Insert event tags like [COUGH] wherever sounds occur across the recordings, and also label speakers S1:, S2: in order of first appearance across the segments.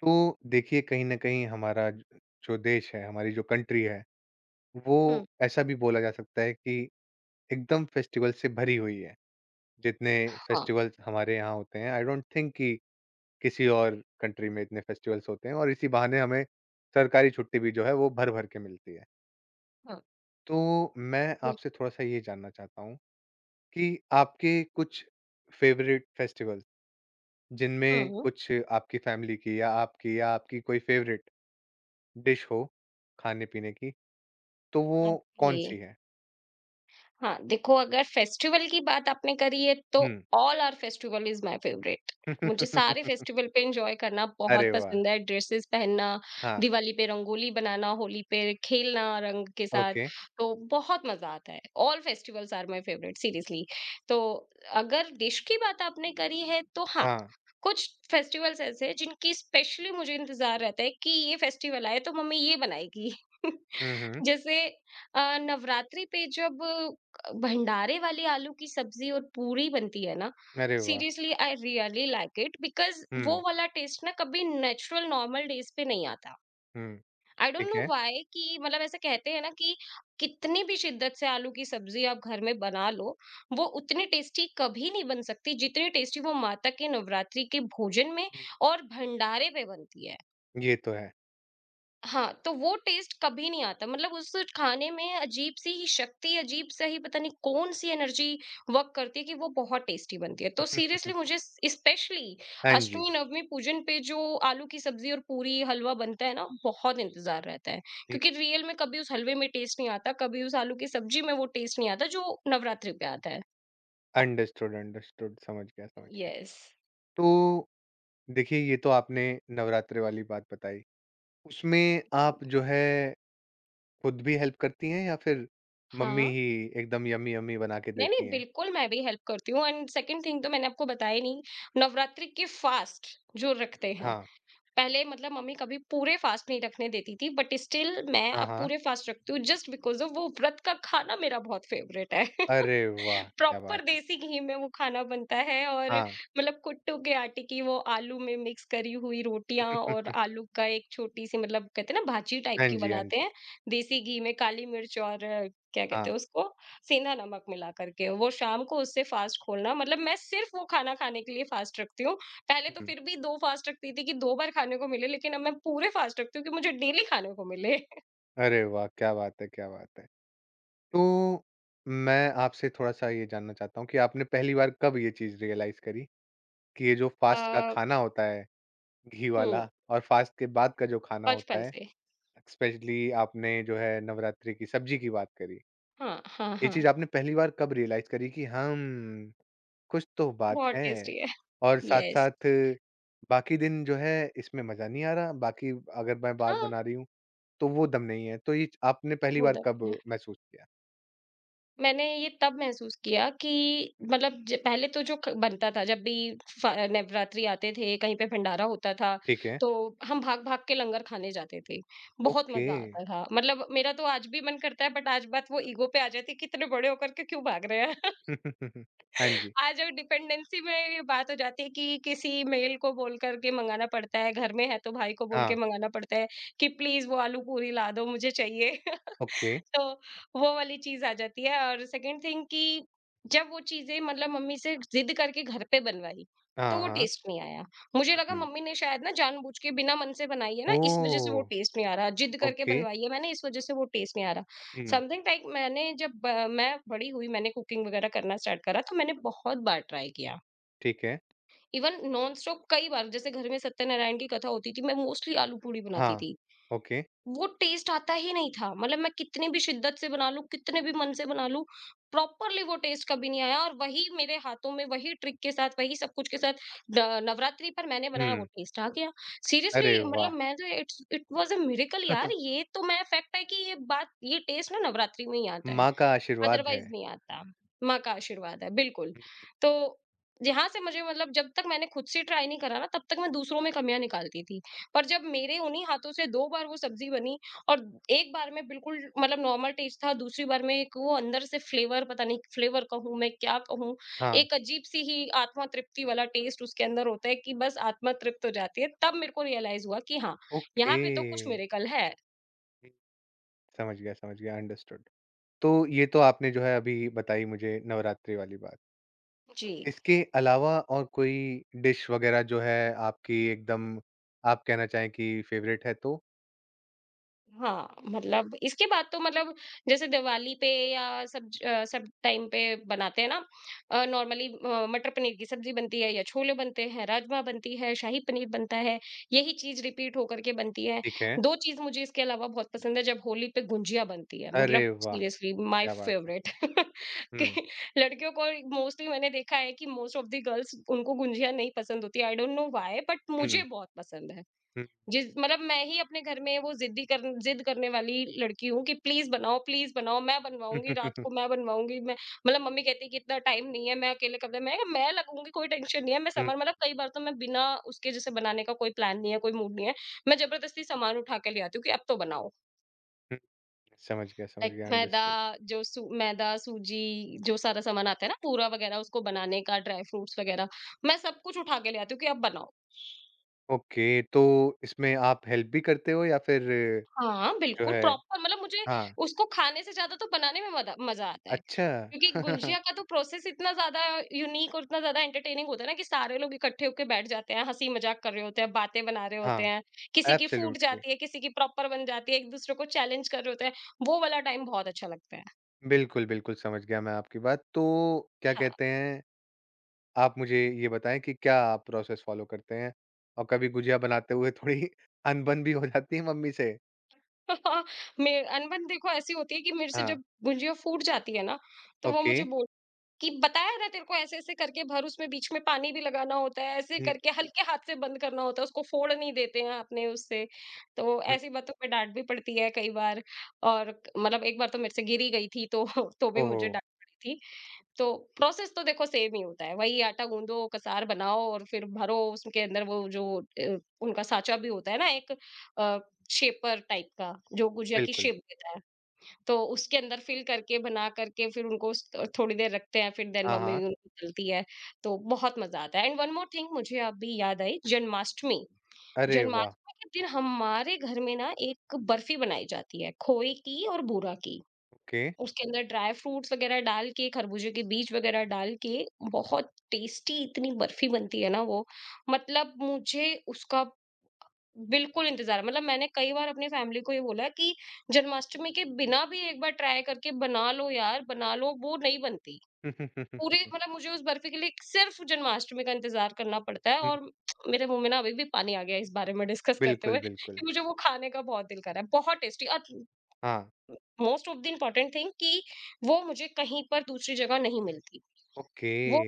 S1: तो देखिए कहीं न कहीं हमारा ज जो देश है, हमारी जो कंट्री है, वो
S2: हुँ,
S1: ऐसा भी बोला जा सकता है कि एकदम फेस्टिवल से भरी हुई है। जितने
S2: हाँ,
S1: फेस्टिवल्स हमारे यहाँ होते हैं आई डोंट थिंक कि किसी और कंट्री में इतने फेस्टिवल्स होते हैं और इसी बहाने हमें सरकारी छुट्टी भी जो है वो भर-भर के मिलती है।
S2: हाँ,
S1: तो मैं
S2: बिल
S1: आपसे थोड़ा-सा ये जानना चाहता हूँ कि आपके कुछ फ़ेवरेट फेस्टिवल्स जिनमें
S2: हुँ,
S1: कुछ आपकी फैमिली की या आपकी कोई फ़ेवरेट डिश हो खाने-पीने की? तो वो
S2: ओके।
S1: कौन-सी है?
S2: हाँ, देखो अगर फेस्टिवल की बात आपने करी है तो
S1: hmm.
S2: All are festival is my favourite. मुझे सारे
S1: [LAUGHS]
S2: फेस्टिवल पे एन्जॉय करना
S1: अरे
S2: बहुत
S1: वाह!
S2: पसंद है, ड्रेसेस पहनना,
S1: हाँ,
S2: दिवाली पे रंगोली बनाना, होली पे खेलना रंग के साथ,
S1: ओके।
S2: तो बहुत मज़ा आता है। All festivals are my favourite seriously. तो अगर डिश की बात आपने करी है तो हाँ,
S1: हाँ।
S2: कुछ फेस्टिवल्स ऐसे हैं जिनकी स्पेशली मुझे इंतज़ार रहता है कि ये फेस्टिवल आए तो मम्मी ये बनाएगी। [LAUGHS]
S1: हुँ, हुँ।
S2: जैसे नवरात्रि पे जब भंडारे वाली आलू की सब्जी और पूरी बनती है ना।
S1: अरे वाह!
S2: Seriously I really like it because
S1: hmm,
S2: वो वाला टेस्ट ना कभी नेचुरल नॉर्मल डेज पे नहीं आता।
S1: हुँ।
S2: आई डोंट
S1: ठीक
S2: नो
S1: है।
S2: व्हाई कि मतलब ऐसे कहते हैं ना कि कितनी भी शिद्दत से आलू की सब्जी आप घर में बना लो वो उतनी टेस्टी कभी नहीं बन सकती जितनी टेस्टी वो माता के नवरात्रि के भोजन में
S1: हम्म,
S2: और भंडारे पे बनती है।
S1: ये तो है।
S2: हाँ, तो वो टेस्ट कभी नहीं आता मतलब उस खाने में अजीब-सी ही शक्ति, अजीब-सा ही पता नहीं कौन-सी एनर्जी वर्क करती है कि वो बहुत टेस्टी बनती है। तो सीरियसली
S1: [LAUGHS]
S2: मुझे स्पेशली
S1: हाँ जी।
S2: अष्टमी-नवमी पूजन पे जो आलू की सब्ज़ी और पूरी, हलवा बनता है ना, बहुत इंतज़ार रहता है। क्योंकि रियल में कभी उस हलवे में टेस्ट नहीं आता, कभी उस आलू की सब्ज़ी में वो टेस्ट नहीं आता जो नवरात्रि पे आता है।
S1: Understood, understood. समझ गया, समझ गया।
S2: यस।
S1: तो देखिए, ये तो आपने नवरात्रे वाली बात बताई। उसमें आप जो है खुद भी हेल्प करती हैं या फिर मम्मी
S2: हाँ।
S1: ही एकदम यम्मी-यम्मी बना के
S2: नहीं,
S1: देती
S2: नहीं,
S1: हैं?
S2: बिल्कुल मैं भी हेल्प करती हूँ एंड सेकंड थिंग तो मैंने आपको बताया ही नहीं, नवरात्रि के फास्ट जो रखते हैं
S1: हाँ।
S2: पहले मतलब मम्मी कभी पूरे फास्ट नहीं रखने देती थी बट स्टिल मैं
S1: हाँ,
S2: अब
S1: हाँ।
S2: पूरे फास्ट रखती हूँ जस्ट बिकॉज ऑफ वो व्रत का खाना मेरा बहुत फेवरेट है। [LAUGHS]
S1: अरे वाह! क्या
S2: प्रॉपर
S1: बात है।
S2: देसी घी में वो खाना बनता है और
S1: हाँ।
S2: मतलब कुट्टू के आटे की वो आलू में मिक्स करी हुई रोटियां और
S1: [LAUGHS]
S2: आलू का एक छोटी सी मतलब कहते हैं ना भाजी टाइप
S1: हाँ
S2: की
S1: जी, हाँ
S2: बनाते
S1: जी।
S2: हैं। देसी घी में काली मिर्च और क्या कहते
S1: हाँ।
S2: हैं उसको सेंधा नमक मिला करके वो शाम को उससे फास्ट खोलना मतलब मैं सिर्फ वो खाना खाने के लिए फास्ट रखती हूँ। पहले तो
S1: हुँ।
S2: फिर भी 2 फास्ट रखती थी कि 2 बार खाने को मिले, लेकिन अब मैं पूरे फास्ट रखती हूँ कि मुझे डेली खाने को मिले। [LAUGHS]
S1: अरे वाह! क्या बात है, क्या बात है। तो मैं आपसे थोड़ा-सा ये जानना चाहता हूँ कि आपने पहली बार कब ये चीज़ रियलाइज़ करी कि ये जो फास्ट का
S2: अ,
S1: खाना होता है, घी
S2: हुँ,
S1: वाला और फास्ट के बाद का जो खाना होता
S2: बचपन
S1: है,
S2: से।
S1: स्पेशली आपने जो है नवरात्रि की सब्जी की बात करी।
S2: हाँ, हाँ,
S1: ये
S2: हाँ,
S1: चीज़ आपने पहली बार कब रियलाइज़ करी कि हम कुछ तो बात
S2: बहुत
S1: है
S2: टेस्टी है।
S1: और
S2: येस।
S1: साथ-साथ बाकी दिन जो है इसमें मज़ा नहीं आ रहा, बाकी अगर मैं बार
S2: हाँ,
S1: बना रही हूँ, तो वो दम नहीं है। तो ये च आपने पहली बार
S2: होता
S1: कब
S2: भी है।
S1: महसूस किया?
S2: मैंने ये तब महसूस किया कि मतलब ज पहले तो जो क बनता था जब भी फ नवरात्रि आते थे, कहीं पे भंडारा होता था,
S1: ठीक है।
S2: तो हम भाग-भाग के लंगर खाने जाते थे। बहुत
S1: ओके।
S2: मज़ा आता था। मतलब मेरा तो आज भी मन करता है बट आज बात वो ईगो पे आ जाती है, कितने बड़े होकर के क्यों भाग रहे हैं।
S1: [LAUGHS] हाँ जी।
S2: आज वो डिपेंडेंसी में ये बात हो जाती है कि किसी मेल को बोल करके मंगाना पड़ता है, घर में है तो भाई को बोल के
S1: हाँ,
S2: मंगाना पड़ता है कि प्लीज़ वो आलू पूरी ला दो मुझे चाहिए। [LAUGHS]
S1: ओके।
S2: तो वो वाली चीज़ आ जाती है और सेकंड थिंग कि जब वो चीज़ें मतलब मम्मी से ज़िद करके घर पे बनवाई, तो
S1: हाँ,
S2: वो
S1: हाँ।
S2: टेस्ट नहीं आया। मुझे लगा
S1: हुँ।
S2: मम्मी ने शायद ना जानबूझ के बिना मन से बनाई है ना, इस वज़ह से
S1: ओह!
S2: वो टेस्ट नहीं आ रहा। ज़िद करके
S1: ओके।
S2: बनवाई है मैंने, इस वज़ह से वो टेस्ट नहीं आ रहा।
S1: हुँ,
S2: समथिंग लाइक मैंने जब मैं बड़ी हुई, मैंने कुकिंग वग़ैरह करना स्टार्ट करा, तो मैंने बहुत बार ट्राई किया।
S1: ठीक है।
S2: इवन नॉन स्टॉप कई बार, जैसे घर में सत्यनारायण की कथा होती थी, मैं मोस्टली आलू पूड़ी बनाती
S1: हाँ,
S2: थी।
S1: ओके।
S2: वो टेस्ट आता ही नहीं था मतलब मैं कितनी भी शिद्दत से बना लूं कितने भी मन से बना लूं प्रॉपरली वो टेस्ट कभी नहीं आया और वही मेरे हाथों में वही ट्रिक के साथ वही सब कुछ के साथ नवरात्रि पर मैंने बनाया वो
S1: हुँ।
S2: टेस्ट आ गया।
S1: अरे
S2: सीरियसली मतलब
S1: वाह!
S2: मैं तो it's it was a miracle यार
S1: [LAUGHS]
S2: ये तो मैं फैक्ट है कि ये बात ये टेस्ट ना नवरात्रि में ही आता है।
S1: माँ का आशीर्वाद है।
S2: अदरवाइज़ नहीं आता, माँ का आशीर्वाद है, बिल्कुल। तो यहाँ से मुझे मतलब जब तक मैंने खुद से ट्राई नहीं करा ना, तब तक मैं दूसरों में कमियाँ निकालती थी। पर जब मेरे उन्हीं हाथों से 2 बार वो सब्ज़ी बनी और एक बार में बिल्कुल मतलब नॉर्मल टेस्ट था, दूसरी बार में एक वो अंदर से फ्लेवर पता नहीं फ्लेवर कहूँ मैं क्या कहूँ,
S1: हाँ,
S2: एक अजीब-सी ही आत्मा तृप्ति वाला टेस्ट उसके अंदर होता है कि बस आत्मा तृप्त हो जाती है। तब मेरे को रियलाइज़ हुआ कि हाँ,
S1: ओके।
S2: यहाँ पे तो कुछ मिरेकल है।
S1: समझ गया, अंडरस्टूड। तो ये तो आपने जो है अभी बताई मुझे नवरात्रि वाली बात।
S2: जी।
S1: इसके अलावा और कोई डिश वग़ैरह जो है आपकी एकदम आप कहना चाहें कि फ़ेवरेट है तो?
S2: हाँ, मतलब इसके बाद तो मतलब जैसे दिवाली पे या सब टाइम पे बनाते हैं ना नॉर्मली मटर पनीर की सब्जी बनती है या छोले बनते हैं, राजमा बनती है, शाही पनीर बनता है, यही चीज़ रिपीट होकर के बनती है।
S1: ठीक है।
S2: 2 चीज़ मुझे इसके अलावा बहुत पसंद है जब होली पे गुंजिया बनती है,
S1: अरे
S2: मतलब
S1: वाह!
S2: सीरियसली माय
S1: क्या बात है।
S2: फेवरेट। [LAUGHS] कि
S1: हुँ।
S2: लड़कियों को मोस्टली मैंने देखा है कि मोस्ट ऑफ द गर्ल्स उनको गुंजिया नहीं पसंद होती है, I don't know why but मुझे
S1: हुँ,
S2: बहुत पसंद है।
S1: हुँ।
S2: जिस मतलब मैं ही अपने घर में वो ज़िद करने वाली लड़की हूँ कि प्लीज़ बनाओ, मैं बनवाऊँगी, रात को मैं बनवाऊँगी, मैं मतलब मम्मी कहती है कि इतना टाइम नहीं है, मैं अकेले कर मैंने कहा मैं लगूँगी, कोई टेंशन नहीं है, मैं
S1: हुँ,
S2: सामान मतलब कई बार तो मैं बिना उसके जैसे बनाने का कोई प्लान नहीं है, कोई मूड नहीं है, मैं ज़बरदस्ती सामान उठा के ले आती हूँ कि अब तो बनाओ।
S1: हुँ। [LAUGHS] समझ
S2: लाइक
S1: गया,
S2: मैदा
S1: अंडरस्टूड।
S2: जो सू मैदा, सूजी जो सारा सामान आता है ना, पूरा वगैरह उसको बनाने का, ड्राई फ्रूट्स वगैरह, मैं सब कुछ उठा के ले आती हूँ कि अब बनाओ।
S1: ओके, तो इसमें आप हेल्प भी करते हो या फिर
S2: हाँ,
S1: जो
S2: बिल्कुल
S1: है
S2: प्रॉपर मतलब मुझे
S1: हाँ,
S2: उसको खाने से ज़्यादा तो बनाने में मदा मज़ा आता है।
S1: अच्छा।
S2: क्योंकि गुंजिया
S1: [LAUGHS]
S2: का तो प्रोसेस इतना ज़्यादा यूनिक और इतना ज़्यादा एंटरटेनिंग होता है ना कि सारे लोग इकट्ठे होके बैठ जाते हैं, हँसी-मज़ाक कर रहे होते हैं, बातें बना रहे होते
S1: हाँ,
S2: हैं। किसी की फूट
S1: एब्सोल्युटली।
S2: जाती है, किसी की प्रॉपर बन जाती है, एक-दूसरे को चैलेंज कर रहे होते हैं। वो वाला टाइम बहुत अच्छा लगता है।
S1: बिल्कुल, बिल्कुल, समझ गया मैं आपकी बात। तो क्या
S2: हाँ,
S1: कहते हैं, आप मुझे ये बताएँ कि क्या आप प्रोसेस फ़ॉलो करते हैं? और कभी गुझिया बनाते हुए थोड़ी [LAUGHS] अनबन भी हो जाती है मम्मी से?
S2: [LAUGHS] मे अनबन देखो ऐसी होती है कि मेरे से
S1: हाँ,
S2: जब गुंजिया फूट जाती है ना, तो वो
S1: ओके।
S2: मुझे कि बताया ना तेरे को ऐसे-ऐसे करके भर उसमें बीच में पानी भी लगाना होता है, ऐसे
S1: हुँ,
S2: करके हल्के हाथ से बंद करना होता है, उसको फोड़ नहीं देते हैं आपने उससे। तो
S1: हुँ।
S2: ऐसी बातों पे डाँट भी पड़ती है कई बार और मतलब एक बार तो मेरे से गिर ही गई थी तो [LAUGHS] तो भी
S1: ओह
S2: मुझे
S1: हो!
S2: डाँट पड़ी थी। तो प्रोसेस तो देखो सेम ही होता है, वही आटा गूँदो, कसार बनाओ और फिर भरो उसके अंदर वो जो अ, उनका साँचा भी होता है ना एक अ, शेपर टाइप का जो गुजिया की
S1: बिल्कुल।
S2: शेप देता है। तो उसके अंदर फिल करके बना करके फिर उनको उस थोड़ी देर रखते हैं फिर देन
S1: हाँ,
S2: मम्मी
S1: हाँ।
S2: उनको तलती है। तो बहुत मज़ा आता है एंड वन मोर थिंग मुझे अभी याद आई जन्माष्टमी।
S1: अरे वाह!
S2: जन्माष्टमी के दिन हमारे घर में ना एक बर्फ़ी बनाई जाती है, खोए की और बूरा की।
S1: ओके।
S2: उसके अंदर ड्राई फ्रूट्स वग़ैरह डाल के, खरबूजे के बीज वग़ैरह डाल के बहुत टेस्टी इतनी बर्फ़ी बनती है ना वो, मतलब मुझे उसका बिल्कुल इंतज़ार मतलब मैंने कई बार अपनी फैमिली को ये बोला कि जन्माष्टमी के बिना भी एक बार ट्राई करके बना लो यार, बना लो, वो नहीं बनती। पूरे
S1: [LAUGHS]
S2: मतलब मुझे उस बर्फी के लिए सिर्फ़ जन्माष्टमी का इंतज़ार करना पड़ता है और मेरे मुँह में ना अभी भी पानी आ गया है इस बारे में डिस्कस करते
S1: बिल्कुल,
S2: हुए
S1: बिल्कुल।
S2: कि मुझे वो खाने का बहुत दिल कर रहा है। बहुत टेस्टी और
S1: हाँ,
S2: most of the important thing कि वो मुझे कहीं पर दूसरी जगह नहीं मिलती।
S1: ओके,
S2: वो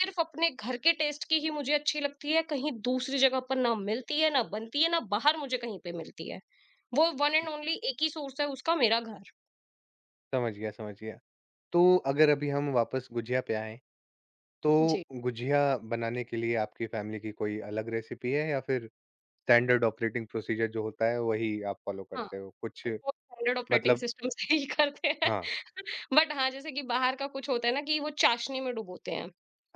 S2: सिर्फ़ अपने घर के टेस्ट की ही मुझे अच्छी लगती है, कहीं दूसरी जगह पर ना मिलती है, ना बनती है, ना बाहर मुझे कहीं पे मिलती है। वो वन एंड ओनली एक ही सोर्स है उसका मेरा घर।
S1: समझ गया, समझ गया। तो अगर अभी हम वापस गुझिया पे आएँ,
S2: जी।
S1: तो गुझिया बनाने के लिए आपकी फैमिली की कोई अलग रेसिपी है या फिर स्टैंडर्ड ऑपरेटिंग प्रोसीजर जो होता है, वही आप फ़ॉलो
S2: हाँ,
S1: करते हो? कुछ
S2: वो स्टैंडर्ड ऑपरेटिंग
S1: मतलब
S2: सिस्टम से ही करते हैं।
S1: हाँ,
S2: [LAUGHS] बट हाँ, जैसे कि बाहर का कुछ होता है ना कि वो चाशनी में डुबोते हैं।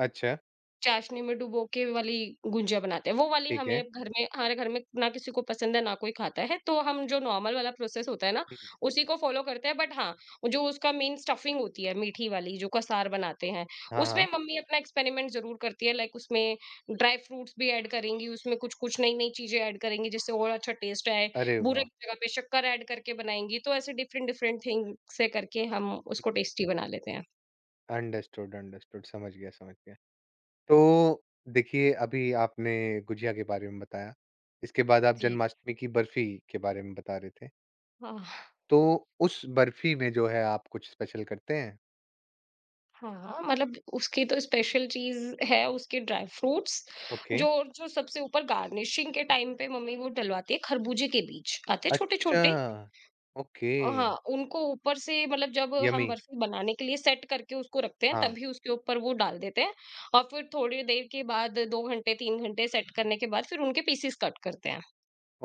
S1: अच्छा,
S2: चाशनी में डुबो के वाली गुजिया बनाते हैं, वो वाली
S1: ठीक है।
S2: हमें घर में हमारे घर में ना किसी को पसंद है, ना कोई खाता है। तो हम जो नॉर्मल वाला प्रोसेस होता है ना,
S1: हुँ,
S2: उसी को फ़ॉलो करते हैं। बट हाँ, जो उसका मेन स्टफिंग होती है, मीठी वाली जो कसार बनाते हैं,
S1: हाँ, हाँ।
S2: उसमें मम्मी अपना एक्सपेरिमेंट ज़रूर करती है। लाइक उसमें ड्राई फ्रूट्स भी ऐड करेंगी, उसमें कुछ-कुछ नई-नई चीज़ें ऐड करेंगी, जिससे और अच्छा टेस्ट आए।
S1: अरे
S2: बूरे
S1: वाह!
S2: की जगह पे शक्कर ऐड करके बनाएँगी, तो ऐसे डिफरेंट-डिफरेंट थिंग से करके हम उसको टेस्टी बना लेते हैं।
S1: अंडरस्टूड, अंडरस्टूड, समझ गया, समझ गया। तो देखिए, अभी आपने गुझिया के बारे में बताया, इसके बाद आप
S2: जी।
S1: जन्माष्टमी की बर्फ़ी के बारे में बता रहे थे।
S2: हाँ।
S1: तो उस बर्फी में जो है आप कुछ स्पेशल करते हैं?
S2: हाँ, मतलब उसकी तो स्पेशल चीज़ है उसके ड्राई फ्रूट्स
S1: ओके।
S2: जो जो सबसे ऊपर गार्निशिंग के टाइम पे मम्मी वो डलवाती है खरबूजे के बीज आते
S1: अच्छा,
S2: छोटे-छोटे।
S1: ओके,
S2: हाँ, उनको ऊपर से मतलब जब हम
S1: यम्मी।
S2: बर्फी बनाने के लिए सेट करके उसको रखते हैं
S1: हाँ,
S2: तभी उसके ऊपर वो डाल देते हैं। और फिर थोड़ी देर के बाद 2 घंटे 3 घंटे सेट करने के बाद फिर उनके पीसेस कट करते हैं।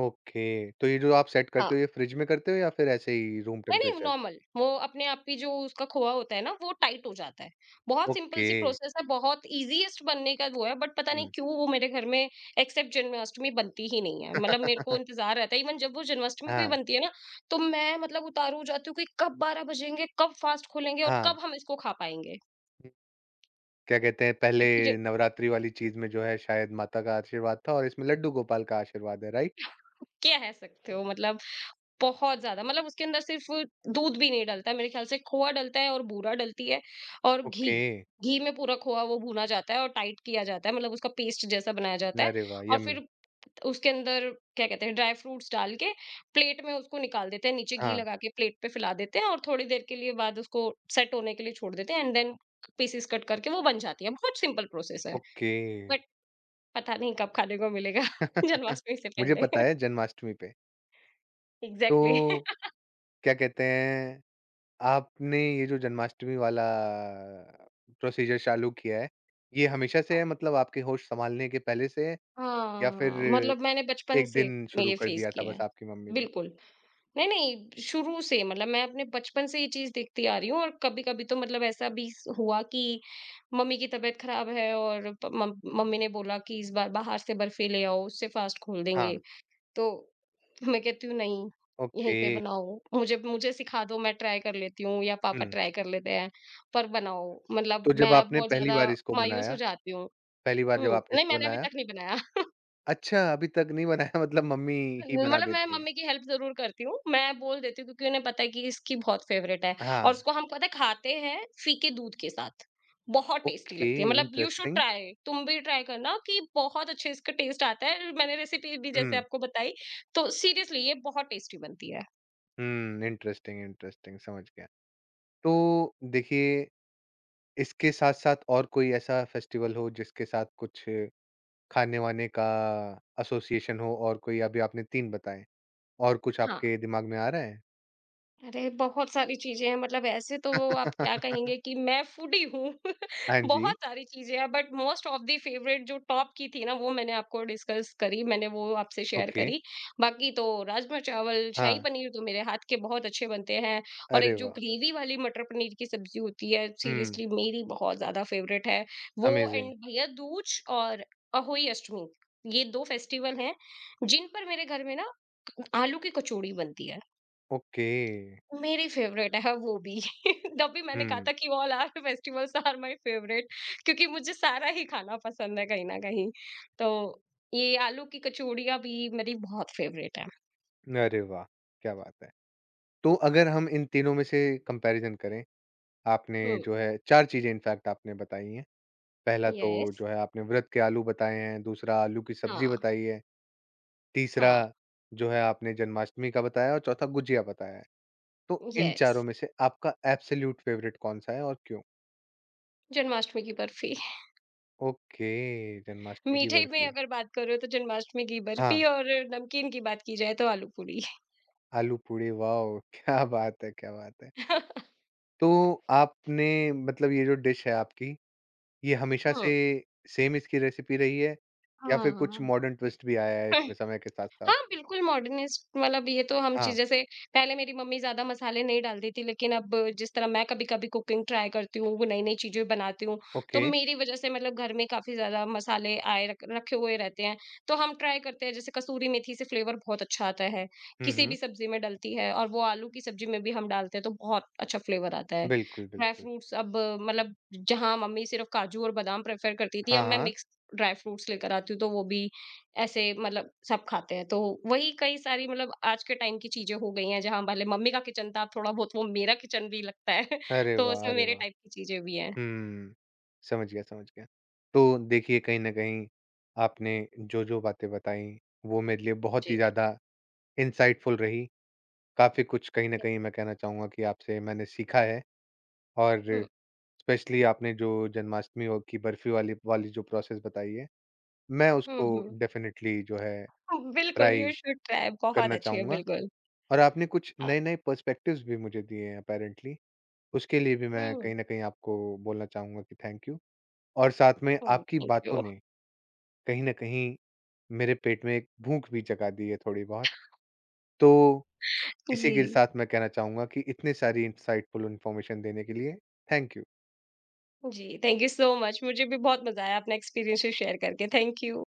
S1: ओके, तो ये जो आप सेट
S2: हाँ,
S1: करते हो ये फ्रिज में करते हो या फिर ऐसे ही रूम
S2: नहीं,
S1: टेम्परेचर?
S2: नॉर्मल वो अपने आप ही जो उसका खोआ होता है ना वो टाइट हो जाता है। बहुत सिंपल
S1: ओके,
S2: सी प्रोसेस है, बहुत ईज़ीएस्ट बनने का वो है बट पता नहीं
S1: हुँ,
S2: क्यों वो मेरे घर में एक्सेप्ट जन्माष्टमी बनती ही नहीं है। मतलब मेरे को इंतज़ार रहता है इवन जब वो जन्माष्टमी पे
S1: हाँ,
S2: बनती है ना तो मैं मतलब उतारू हो जाती हूँ कि कब 12 बजेंगे, कब फास्ट खोलेंगे और
S1: हाँ,
S2: कब हम इसको खा पाएँगे?
S1: क्या कहते हैं पहले
S2: क्योंकि ज
S1: नवरात्रि वाली चीज़ में जो है शायद माता का आशीर्वाद था और इसमें लड्डू गोपाल का आशीर्वाद है, राइट?
S2: क्या कह सकते हो मतलब बहुत ज़्यादा। मतलब उसके अंदर सिर्फ दूध भी नहीं डलता है, मेरे ख्याल से खोआ डलता है और बूरा डलती है और घी,
S1: ओके,
S2: घी में पूरा खोआ वो भुना जाता है और टाइट किया जाता है, मतलब उसका पेस्ट जैसा बनाया जाता है।
S1: अरे वाह!
S2: और
S1: यम्मी।
S2: फिर उसके अंदर क्या कहते हैं ड्राई फ्रूट्स डाल के प्लेट में उसको निकाल देते हैं, नीचे घी
S1: हाँ,
S2: लगा के प्लेट पे फैला देते हैं और थोड़ी देर के लिए बाद उसको सेट होने के लिए छोड़ देते हैं एंड देन पीसेस कट करके वो बन जाती है। बहुत सिंपल प्रोसेस है
S1: ओके।
S2: बट पता नहीं कब खाने को मिलेगा [LAUGHS]
S1: [LAUGHS]
S2: जन्माष्टमी से
S1: मुझे
S2: पहले।
S1: पता
S2: [LAUGHS]
S1: है जन्माष्टमी पे।
S2: एग्ज़ैक्टली।
S1: तो क्या कहते हैं आपने ये जो जन्माष्टमी वाला प्रोसीजर चालू किया है, ये हमेशा से है
S2: [LAUGHS]
S1: मतलब आपके होश संभालने के पहले से है या फिर
S2: हाँ, मतलब मैंने बचपन
S1: एक
S2: से
S1: दिन शुरू
S2: ये
S1: कर
S2: फेस
S1: दिया था
S2: किया है।
S1: बस आपकी मम्मी ने?
S2: बिल्कुल। नहीं, शुरू से मतलब मैं अपने बचपन से ये चीज़ देखती आ रही हूँ और कभी-कभी तो मतलब ऐसा भी स हुआ कि मम्मी की तबीयत खराब है और प मम मम्मी ने बोला कि इस बार बाहर से बर्फी ले आओ, उससे फास्ट खोल
S1: हाँ,
S2: देंगे। तो मैं कहती हूँ नहीं,
S1: ओके।
S2: यहीं पे बनाओ। मुझे मुझे सिखा दो, मैं ट्राई कर लेती हूँ या पापा
S1: हुँ,
S2: ट्राई कर लेते हैं, पर बनाओ। मतलब
S1: तो जब
S2: मैं
S1: आपने
S2: बहुत
S1: पहली
S2: ज़्यादा
S1: बार इसको
S2: मायूस
S1: बनाया
S2: हो जाती हूँ।
S1: पहली बार जब
S2: हुँ,
S1: आपने
S2: नहीं
S1: इसको
S2: मैंने अभी
S1: बनाया
S2: तक नहीं बनाया।
S1: अच्छा अभी तक नहीं बनाया [LAUGHS] मतलब मम्मी ही बना
S2: मतलब मैं
S1: देती हैं।
S2: मम्मी की हेल्प ज़रूर करती हूँ। मैं बोल देती हूँ क्योंकि उन्हें पता है कि इसकी बहुत फेवरेट है और
S1: हाँ,
S2: उसको हम पता है खाते हैं फीके दूध के साथ। बहुत टेस्टी
S1: ओके
S2: लगती है, मतलब यू शुड
S1: इंटरेस्टिंग।
S2: ट्राई, तुम भी ट्राई करना कि बहुत अच्छे इसका टेस्ट आता है। मैंने रेसिपी भी जैसे
S1: हुँ,
S2: आपको बताई, तो सीरियसली ये बहुत टेस्टी बनती है।
S1: हुँ, इंटरेस्टिंग, इंटरेस्टिंग समझ गया। तो देखिए इसके साथ-साथ और कोई ऐसा फेस्टिवल हो जिसके साथ कुछ खाने-वाने का एसोसिएशन हो और कोई अभी आपने 3 बताए, और कुछ
S2: हाँ।
S1: आपके दिमाग में आ रहा है?
S2: अरे! बहुत सारी चीज़ें हैं, मतलब ऐसे तो वो आप क्या कहेंगे कि
S1: [LAUGHS]
S2: मैं फूडी हूँ। [LAUGHS]
S1: हाँ जी,
S2: बहुत सारी चीज़ें हैं but most of the favourite जो टॉप की थी ना वो मैंने आपको डिस्कस करी, मैंने वो आपसे शेयर
S1: ओके,
S2: करी। बाकी तो राजमा-चावल, शाही
S1: हाँ,
S2: पनीर तो मेरे हाथ के बहुत अच्छे बनते हैं। और
S1: अरे
S2: एक जो
S1: वाह!
S2: ग्रेवी वाली मटर पनीर की सब्ज़ी होती है
S1: हुँ,
S2: सीरियसली मेरी बहुत ज़्यादा फेवरेट है। वो
S1: अमेज़िंग,
S2: एंड भैया दूज और अहोई अष्टमी, ये 2 फेस्टिवल हैं जिन पर मेरे घर में ना आलू की कचौड़ी बनती है।
S1: ओके,
S2: मेरी फेवरेट है वो भी। [LAUGHS] जब भी मैंने कहा
S1: हुँ,
S2: था कि all are festivals are my favourite, क्योंकि मुझे सारा ही खाना पसंद है कहीं ना कहीं, तो ये आलू की कचौड़ियाँ भी मेरी बहुत फेवरेट है।
S1: अरे वाह! क्या बात है। तो अगर हम इन तीनों में से कंपैरिज़न करें, आपने
S2: हम्म।
S1: जो है 4 चीज़ें इनफैक्ट आपने बताई हैं। पहला तो
S2: यस।
S1: जो है आपने व्रत के आलू बताए हैं, दूसरा आलू की सब्ज़ी
S2: हाँ।
S1: बताई है। तीसरा
S2: हाँ।
S1: जो है आपने जन्माष्टमी का बताया और चौथा गुजिया बताया है। तो इन
S2: यस।
S1: चारों में से आपका एब्सोल्यूट फेवरेट कौन-सा है और क्यों?
S2: जन्माष्टमी की बर्फी। [LAUGHS]
S1: ओके, जन्माष्टमी की
S2: मीठे में
S1: बर्फी।
S2: अगर बात करो तो जन्माष्टमी की
S1: हाँ,
S2: बर्फी और नमकीन की बात की जाए तो आलू पूरी।
S1: आलू पूड़ी वाओ! [LAUGHS] क्या बात है, क्या बात है।
S2: [LAUGHS]
S1: तो आपने मतलब ये जो डिश है आपकी, ये हमेशा
S2: हम्म।
S1: से सेम इसकी रेसिपी रही है या फिर कुछ
S2: हाँ।
S1: मॉडर्न ट्विस्ट भी आया है इसमें
S2: [LAUGHS]
S1: समय के साथ-साथ?
S2: हाँ, बिल्कुल मॉडर्निस्ट, मतलब ये तो हम
S1: हाँ,
S2: चीज़ जैसे पहले मेरी मम्मी ज़्यादा मसाले नहीं डालती थी, लेकिन अब जिस तरह मैं कभी-कभी कुकिंग ट्राई करती हूँ, वो नई-नई चीज़ें बनाती हूँ, तो
S1: ओके।
S2: मेरी वज़ह से मतलब घर में काफ़ी ज़्यादा मसाले आए रख रखे हुए रहते हैं। तो हम ट्राई करते हैं, जैसे कसूरी मेथी से फ्लेवर बहुत अच्छा आता है,
S1: हुँ,
S2: किसी
S1: हुँ।
S2: भी सब्ज़ी में डलती है और वो आलू की सब्ज़ी में भी हम डालते हैं, तो बहुत अच्छा फ्लेवर आता है।
S1: बिल्कुल,
S2: ड्राई
S1: बिल्कुल।
S2: फ्रूट्स अब मतलब जहाँ मम्मी सिर्फ़ काजू और बादाम प्रेफ़र करती थी,
S1: हाँ,
S2: अब मैं
S1: हाँ।
S2: मिक्स ड्राई फ्रूट्स लेकर आती हूँ, तो वो भी ऐसे मतलब सब खाते हैं। तो वही कई सारी मतलब आज के टाइम की चीज़ें हो गई हैं, जहाँ पहले मम्मी का किचन था, अब थोड़ा बहुत वो मेरा किचन भी लगता है। [LAUGHS]
S1: अरे
S2: तो
S1: वाह!
S2: उसमें
S1: अरे
S2: मेरे
S1: वाह!
S2: टाइप की चीज़ें भी हैं।
S1: हुँ। समझ गया, समझ गया। तो देखिए कहीं न कहीं आपने जो-जो बातें बताई वो मेरे लिए बहुत ही
S2: जी।
S1: ज़्यादा इंसाइटफुल रही। काफ़ी कुछ कहीं न कहीं मैं कहना चाहूँगा कि आपसे मैंने सीखा है और
S2: हुँ,
S1: स्पेशली आपने जो जन्माष्टमी और की बर्फी वाली वाली जो प्रोसेस बताई है, मैं
S2: हुँ,
S1: उसको
S2: हुँ।
S1: डेफिनिटली जो है
S2: हुँ, बिल्कुल
S1: ट्राई
S2: यू शुड ट्राई, बहुत
S1: करना
S2: अच्छी है,
S1: चाहूँगा।
S2: बिल्कुल।
S1: और आपने कुछ
S2: हाँ,
S1: नए-नए पर्सपेक्टिव्स भी मुझे दिए हैं अपैरेंटली, उसके लिए भी मैं
S2: हुँ,
S1: कहीं न कहीं आपको बोलना चाहूँगा कि थैंक यू। और साथ में
S2: हुँ,
S1: आपकी
S2: थैंक
S1: बातों
S2: यू।
S1: ने कहीं न कहीं मेरे पेट में एक भूख भी जगा दी है थोड़ी बहुत। तो इसी के
S2: जी,
S1: साथ मैं कहना चाहूँगा कि इतनी सारी इंसाइटफुल इन्फॉर्मेशन देने के लिए थैंक यू।
S2: जी, थैंक यू सो मच, मुझे भी बहुत मज़ा आया अपना एक्सपीरियंसेस शेयर करके। Thank you.